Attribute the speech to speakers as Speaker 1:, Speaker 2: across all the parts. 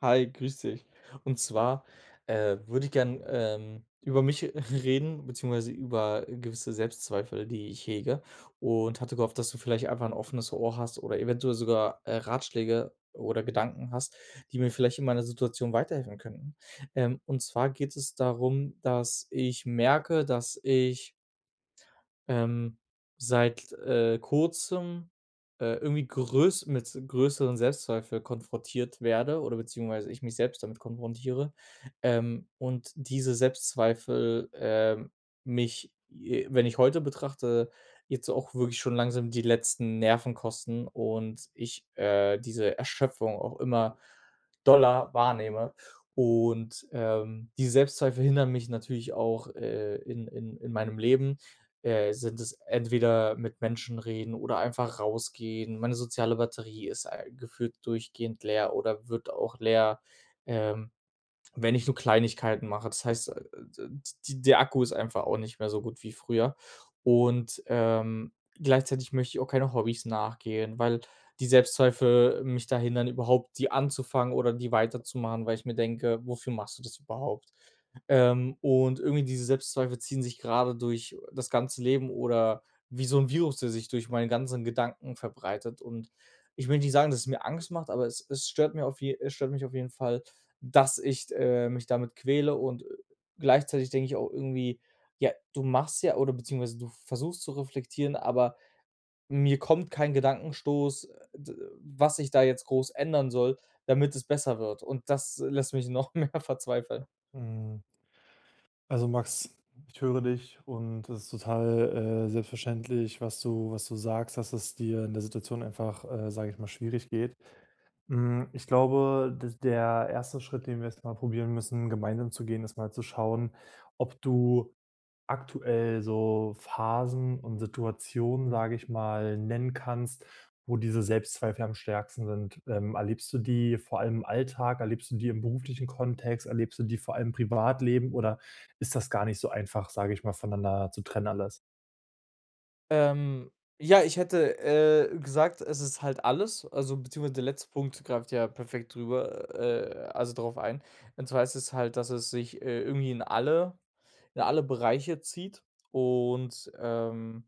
Speaker 1: Hi, grüß dich. Und zwar, würde ich gern, über mich reden, beziehungsweise über gewisse Selbstzweifel, die ich hege, und hatte gehofft, dass du vielleicht einfach ein offenes Ohr hast oder eventuell sogar, Ratschläge oder Gedanken hast, die mir vielleicht in meiner Situation weiterhelfen könnten. Und zwar geht es darum, dass ich merke, dass ich ähm, seit, Kurzem, irgendwie größ mit größeren Selbstzweifel konfrontiert werde oder beziehungsweise ich mich selbst damit konfrontiere, und diese Selbstzweifel, mich, j wenn ich heute betrachte, jetzt auch wirklich schon langsam die letzten Nerven kosten und ich, diese Erschöpfung auch immer doller wahrnehme. Und, die Selbstzweifel hindern mich natürlich auch, in in meinem Leben, sind es entweder mit Menschen reden oder einfach rausgehen. Meine soziale Batterie ist ei gefühlt durchgehend leer oder wird auch leer, ähm wenn ich nur Kleinigkeiten mache. Das heißt, d d der Akku ist einfach auch nicht mehr so gut wie früher. Und, gleichzeitig möchte ich auch keine Hobbys nachgehen, weil die Selbstzweifel mich da hindern, überhaupt die anzufangen oder die weiterzumachen, weil ich mir denke: „Wofür machst du das überhaupt?“ Und irgendwie diese Selbstzweifel ziehen sich gerade durch das ganze Leben oder wie so ein Virus, der sich durch meine ganzen Gedanken verbreitet. Und ich will nicht sagen, dass es mir Angst macht, aber es stört mich auf jeden Fall, dass ich, mich damit quäle, und, gleichzeitig denke ich auch irgendwie: „Ja, du machst ja“, oder beziehungsweise du versuchst zu reflektieren, aber mir kommt kein Gedankenstoß, d was ich da jetzt groß ändern soll, damit es besser wird. Und das lässt mich noch mehr verzweifeln.
Speaker 2: Mhm. Also Max, ich höre dich und es ist total selbstverständlich, was du sagst, dass es dir in der Situation einfach, sage ich mal, schwierig geht. Ich glaube, dass der erste Schritt, den wir jetzt mal probieren müssen, gemeinsam zu gehen, ist mal zu schauen, ob du aktuell so Phasen und Situationen, sage ich mal, nennen kannst, wo diese Selbstzweifel am stärksten sind. Erlebst du die vor allem im Alltag? Erlebst du die im beruflichen Kontext? Erlebst du die vor allem im Privatleben? Oder ist das gar nicht so einfach, sage ich mal, voneinander zu trennen alles?
Speaker 1: Ähm, ja, ich hätte, gesagt, es ist halt alles, also beziehungsweise der letzte Punkt greift ja perfekt drüber, also drauf ein. Und zwar ist es halt, dass es sich, irgendwie in alle Bereiche zieht und,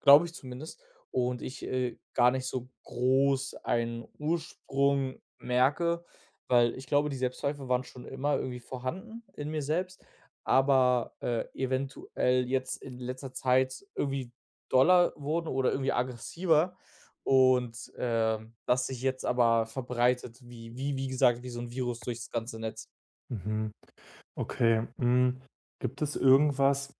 Speaker 1: glaube ich zumindest. Und ich, gar nicht so groß einen Ursprung merke, weil ich glaube, die Selbstzweifel waren schon immer irgendwie vorhanden in mir selbst, aber, eventuell jetzt in letzter Zeit irgendwie doller wurden oder irgendwie aggressiver, und, das sich jetzt aber verbreitet, wie gesagt, wie so ein Virus durchs ganze Netz.
Speaker 2: Mhm. Okay. Hm. Gibt es irgendwas,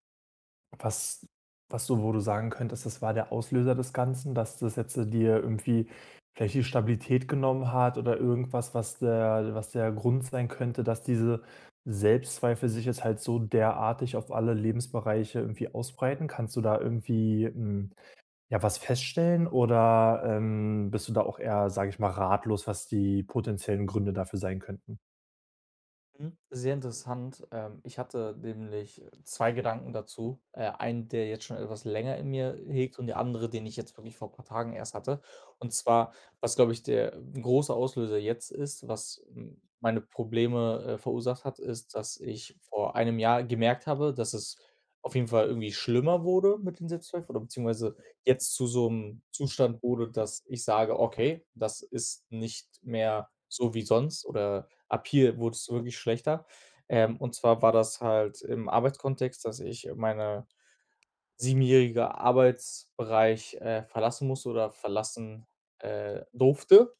Speaker 2: was was du wo du sagen könntest, das war der Auslöser des Ganzen, dass das jetzt dir irgendwie vielleicht die Stabilität genommen hat, oder irgendwas, was der Grund sein könnte, dass diese Selbstzweifel sich jetzt halt so derartig auf alle Lebensbereiche irgendwie ausbreiten? Kannst du da irgendwie ja, was feststellen, oder, bist du da auch eher, sage ich mal, ratlos, was die potenziellen Gründe dafür sein könnten?
Speaker 1: Mhm. Sehr interessant. Ich hatte nämlich zwei Gedanken dazu. Einen, der jetzt schon etwas länger in mir hegt, und der andere, den ich jetzt wirklich vor ein paar Tagen erst hatte. Und zwar, was, glaube ich, der große Auslöser jetzt ist, was meine Probleme verursacht hat, ist, dass ich vor einem Jahr gemerkt habe, dass es auf jeden Fall irgendwie schlimmer wurde mit den Selbstzweifeln, oder beziehungsweise jetzt zu so einem Zustand wurde, dass ich sage, okay, das ist nicht mehr so wie sonst, oder ab hier wurde es wirklich schlechter. Und zwar war das halt im Arbeitskontext, dass ich meine siebenjähriger Arbeitsbereich, verlassen musste, oder verlassen, durfte,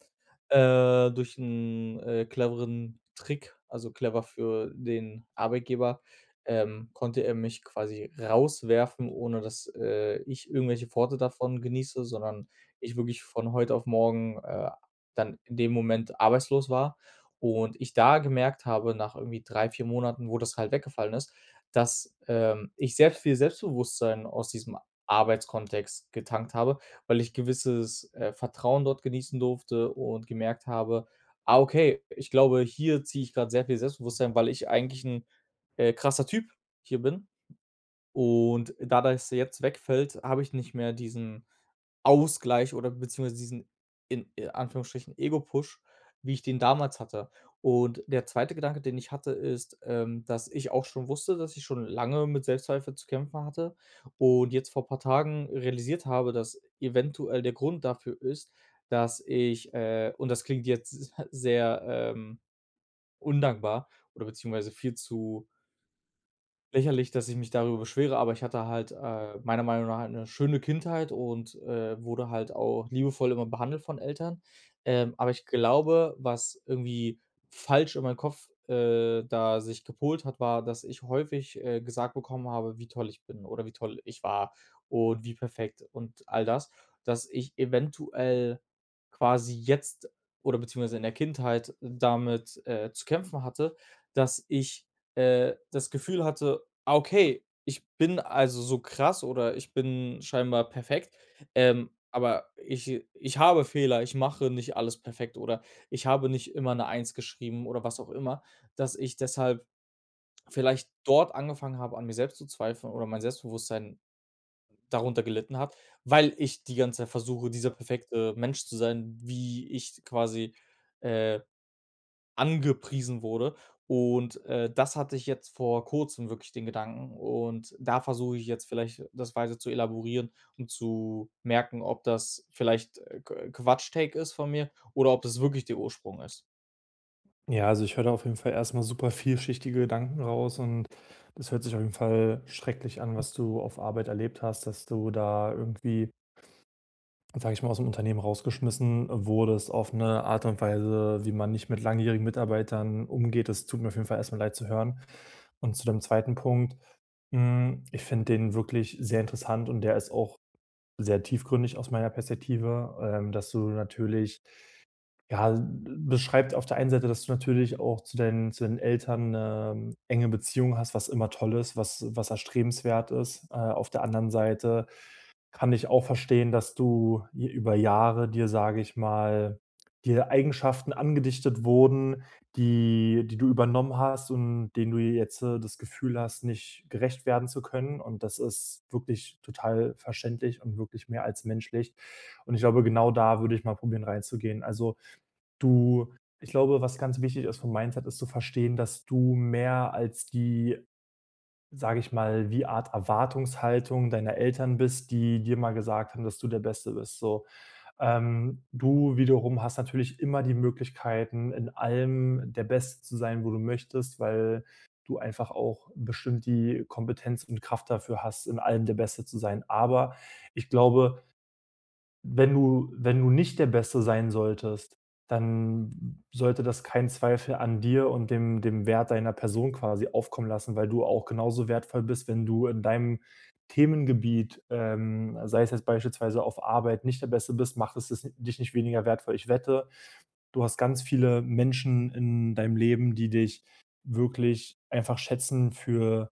Speaker 1: durch einen cleveren Trick, also clever für den Arbeitgeber, konnte er mich quasi rauswerfen, ohne dass, ich irgendwelche Vorteile davon genieße, sondern ich wirklich von heute auf morgen, dann in dem Moment arbeitslos war. Und ich da gemerkt habe, nach irgendwie 3 4 Monaten, wo das halt weggefallen ist, dass, ich selbst viel Selbstbewusstsein aus diesem Arbeitskontext getankt habe, weil ich gewisses, Vertrauen dort genießen durfte und gemerkt habe: „Ah, okay, ich glaube, hier ziehe ich gerade sehr viel Selbstbewusstsein, weil ich eigentlich ein krasser Typ hier bin.“ Und da das jetzt wegfällt, habe ich nicht mehr diesen Ausgleich, oder beziehungsweise diesen, in Anführungsstrichen, Ego-Push, wie ich den damals hatte. Und der zweite Gedanke, den ich hatte, ist, dass ich auch schon wusste, dass ich schon lange mit Selbstzweifel zu kämpfen hatte, und jetzt vor paar Tagen realisiert habe, dass eventuell der Grund dafür ist, dass ich, und das klingt jetzt sehr, undankbar, oder beziehungsweise viel zu lächerlich, dass ich mich darüber beschwere, aber ich hatte halt, meiner Meinung nach eine schöne Kindheit und, wurde halt auch liebevoll immer behandelt von Eltern. Aber ich glaube, was irgendwie falsch in meinem Kopf, da sich gepolt hat, war, dass ich häufig, gesagt bekommen habe, wie toll ich bin oder wie toll ich war und wie perfekt und all das, dass ich eventuell quasi jetzt, oder beziehungsweise in der Kindheit damit, zu kämpfen hatte, dass ich, das Gefühl hatte: „Ah, okay. Ich bin also so krass, oder ich bin scheinbar perfekt, aber ich habe Fehler, ich mache nicht alles perfekt, oder ich habe nicht immer 'ne Eins geschrieben oder was auch immer“, dass ich deshalb vielleicht dort angefangen habe, an mir selbst zu zweifeln, oder mein Selbstbewusstsein darunter gelitten hat, weil ich die ganze Zeit versuche, dieser perfekte Mensch zu sein, wie ich quasi, äh angepriesen wurde. Und, das hatte ich jetzt vor Kurzem wirklich den Gedanken, und da versuche ich jetzt vielleicht das weiter zu elaborieren, um zu merken, ob das vielleicht, Q Quatsch-Take ist von mir, oder ob das wirklich der Ursprung ist.
Speaker 2: Ja, also ich höre da auf jeden Fall erstmal super vielschichtige Gedanken raus, und das hört sich auf jeden Fall schrecklich an, was du auf Arbeit erlebt hast, dass du da irgendwie, sage ich mal, aus dem Unternehmen rausgeschmissen wurdest auf eine Art und Weise, wie man nicht mit langjährigen Mitarbeitern umgeht. Das tut mir auf jeden Fall erstmal leid zu hören. Und zu deinem zweiten Punkt, ich finde den wirklich sehr interessant und der ist auch sehr tiefgründig aus meiner Perspektive, dass du natürlich ja, beschreibt auf der einen Seite, dass du natürlich auch zu deinen Eltern 'ne enge Beziehung hast, was immer toll ist, was erstrebenswert ist. Auf der anderen Seite kann ich auch verstehen, dass du j über Jahre dir, sage ich mal, dir Eigenschaften angedichtet wurden, die du übernommen hast und denen du jetzt, das Gefühl hast, nicht gerecht werden zu können. Und das ist wirklich total verständlich und wirklich mehr als menschlich. Und ich glaube, genau da würde ich mal probieren reinzugehen. Also, Du ich glaube, was ganz wichtig ist vom Mindset, ist zu verstehen, dass du mehr als die, sage ich mal, wie Art Erwartungshaltung deiner Eltern bist, die dir mal gesagt haben, dass du der Beste bist, so. Du wiederum hast natürlich immer die Möglichkeiten, in allem der Beste zu sein, wo du möchtest, weil du einfach auch bestimmt die Kompetenz und Kraft dafür hast, in allem der Beste zu sein. Aber ich glaube, wenn du nicht der Beste sein solltest, dann sollte das keinen Zweifel an dir und dem Wert deiner Person quasi aufkommen lassen, weil du auch genauso wertvoll bist. Wenn du in deinem Themengebiet, sei es jetzt beispielsweise auf Arbeit, nicht der Beste bist, macht es das dich nicht weniger wertvoll. Ich wette, du hast ganz viele Menschen in deinem Leben, die dich wirklich einfach schätzen für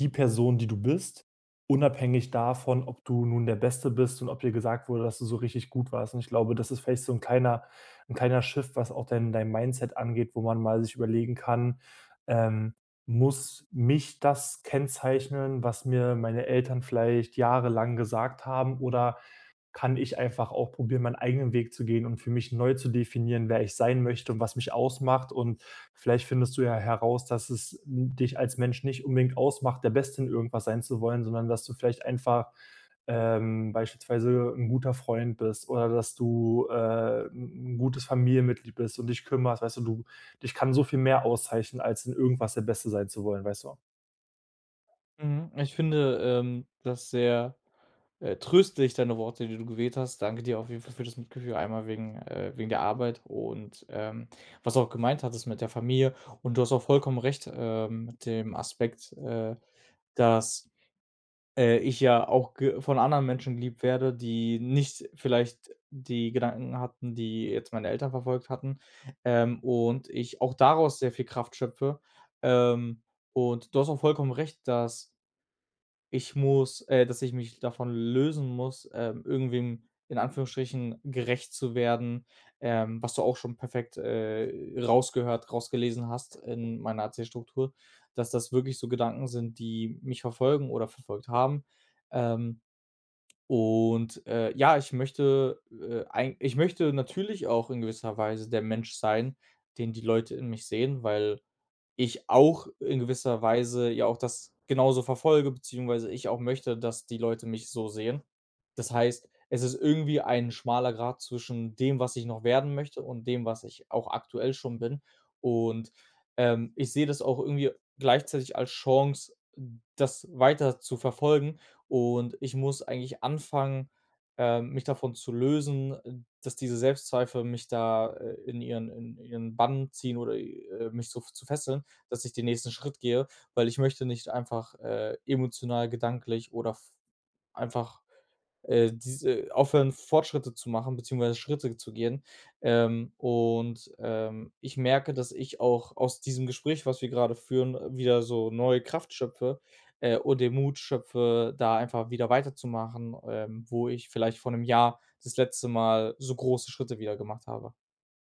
Speaker 2: die Person, die du bist, unabhängig davon, ob du nun der Beste bist und ob dir gesagt wurde, dass du so richtig gut warst. Und ich glaube, das ist vielleicht so ein kleiner Shift, was auch dein Mindset angeht, wo man mal sich überlegen kann, ähm: „Muss mich das kennzeichnen, was mir meine Eltern vielleicht jahrelang gesagt haben, oder kann ich einfach auch probieren, meinen eigenen Weg zu gehen und für mich neu zu definieren, wer ich sein möchte und was mich ausmacht?“ Und vielleicht findest du ja heraus, dass es dich als Mensch nicht unbedingt ausmacht, der Beste in irgendwas sein zu wollen, sondern dass du vielleicht einfach beispielsweise ein guter Freund bist, oder dass du, 'n gutes Familienmitglied bist und dich kümmerst. Weißt du, dich kann so viel mehr auszeichnen, als in irgendwas der Beste sein zu wollen, weißt du?
Speaker 1: Mhm. Ich finde, das sehr, tröstlich, deine Worte, die du gewählt hast. Danke dir auf jeden Fall für das Mitgefühl, einmal wegen, wegen der Arbeit, und, was du auch gemeint hattest mit der Familie. Und du hast auch vollkommen recht, mit dem Aspekt, dass, ich ja auch ge von anderen Menschen geliebt werde, die nicht vielleicht die Gedanken hatten, die jetzt meine Eltern verfolgt hatten, und ich auch daraus sehr viel Kraft schöpfe. Ähm, und du hast auch vollkommen recht, dass ich muss, dass ich mich davon lösen muss, irgendwem in Anführungsstrichen gerecht zu werden, was du auch schon perfekt, rausgehört rausgelesen hast in meiner Erzählstruktur, dass das wirklich so Gedanken sind, die mich verfolgen oder verfolgt haben. Ähm, ja, ich möchte, eig ich möchte natürlich auch in gewisser Weise der Mensch sein, den die Leute in mich sehen, weil ich auch in gewisser Weise ja auch das genauso verfolge, beziehungsweise ich auch möchte, dass die Leute mich so sehen. Das heißt, es ist irgendwie ein schmaler Grat zwischen dem, was ich noch werden möchte, und dem, was ich auch aktuell schon bin. Und, ich sehe das auch irgendwie gleichzeitig als Chance, das weiter zu verfolgen. Und ich muss eigentlich anfangen, mich davon zu lösen, dass diese Selbstzweifel mich da, in ihren Bann ziehen, oder, mich so f zu fesseln, dass ich den nächsten Schritt gehe, weil ich möchte nicht einfach, emotional, gedanklich oder f einfach, diese aufhören, Fortschritte zu machen, beziehungsweise Schritte zu gehen. Ich merke, dass ich auch aus diesem Gespräch, was wir gerade führen, wieder so neue Kraft schöpfe, und den Mut schöpfe, da einfach wieder weiterzumachen, wo ich vielleicht vor einem Jahr das letzte Mal so große Schritte wieder gemacht habe.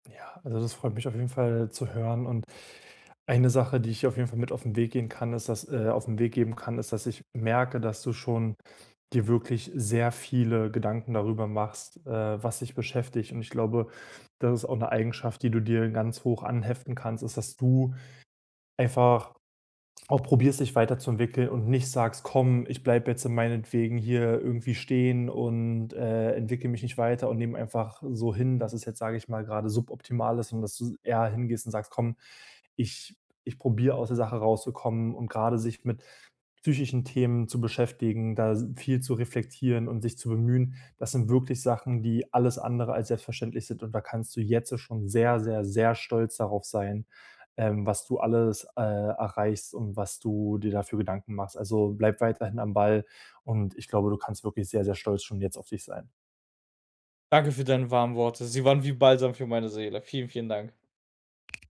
Speaker 2: Ja, also das freut mich auf jeden Fall zu hören, und eine Sache, die ich auf jeden Fall mit auf den Weg gehen kann, ist, dass auf den Weg geben kann, ist, dass ich merke, dass du schon dir wirklich sehr viele Gedanken darüber machst, was dich beschäftigt. Und ich glaube, das ist auch eine Eigenschaft, die du dir ganz hoch anheften kannst, ist, dass du einfach auch probierst, dich weiterzuentwickeln und nicht sagst: „Komm, ich bleibe jetzt meinetwegen hier irgendwie stehen und entwickle mich nicht weiter und nehme einfach so hin, dass es jetzt, sage ich mal, gerade suboptimal ist“, und dass du eher hingehst und sagst: „Komm, ich, ich probiere aus der Sache rauszukommen.“ Und gerade sich mit psychischen Themen zu beschäftigen, da viel zu reflektieren und sich zu bemühen, das sind wirklich Sachen, die alles andere als selbstverständlich sind, und da kannst du jetzt schon sehr, sehr, sehr stolz darauf sein, was du alles, erreichst und was du dir dafür Gedanken machst. Also, bleib weiterhin am Ball, und ich glaube, du kannst wirklich sehr, sehr stolz schon jetzt auf dich sein.
Speaker 1: Danke für deine warmen Worte. Sie waren wie Balsam für meine Seele. Vielen, vielen Dank.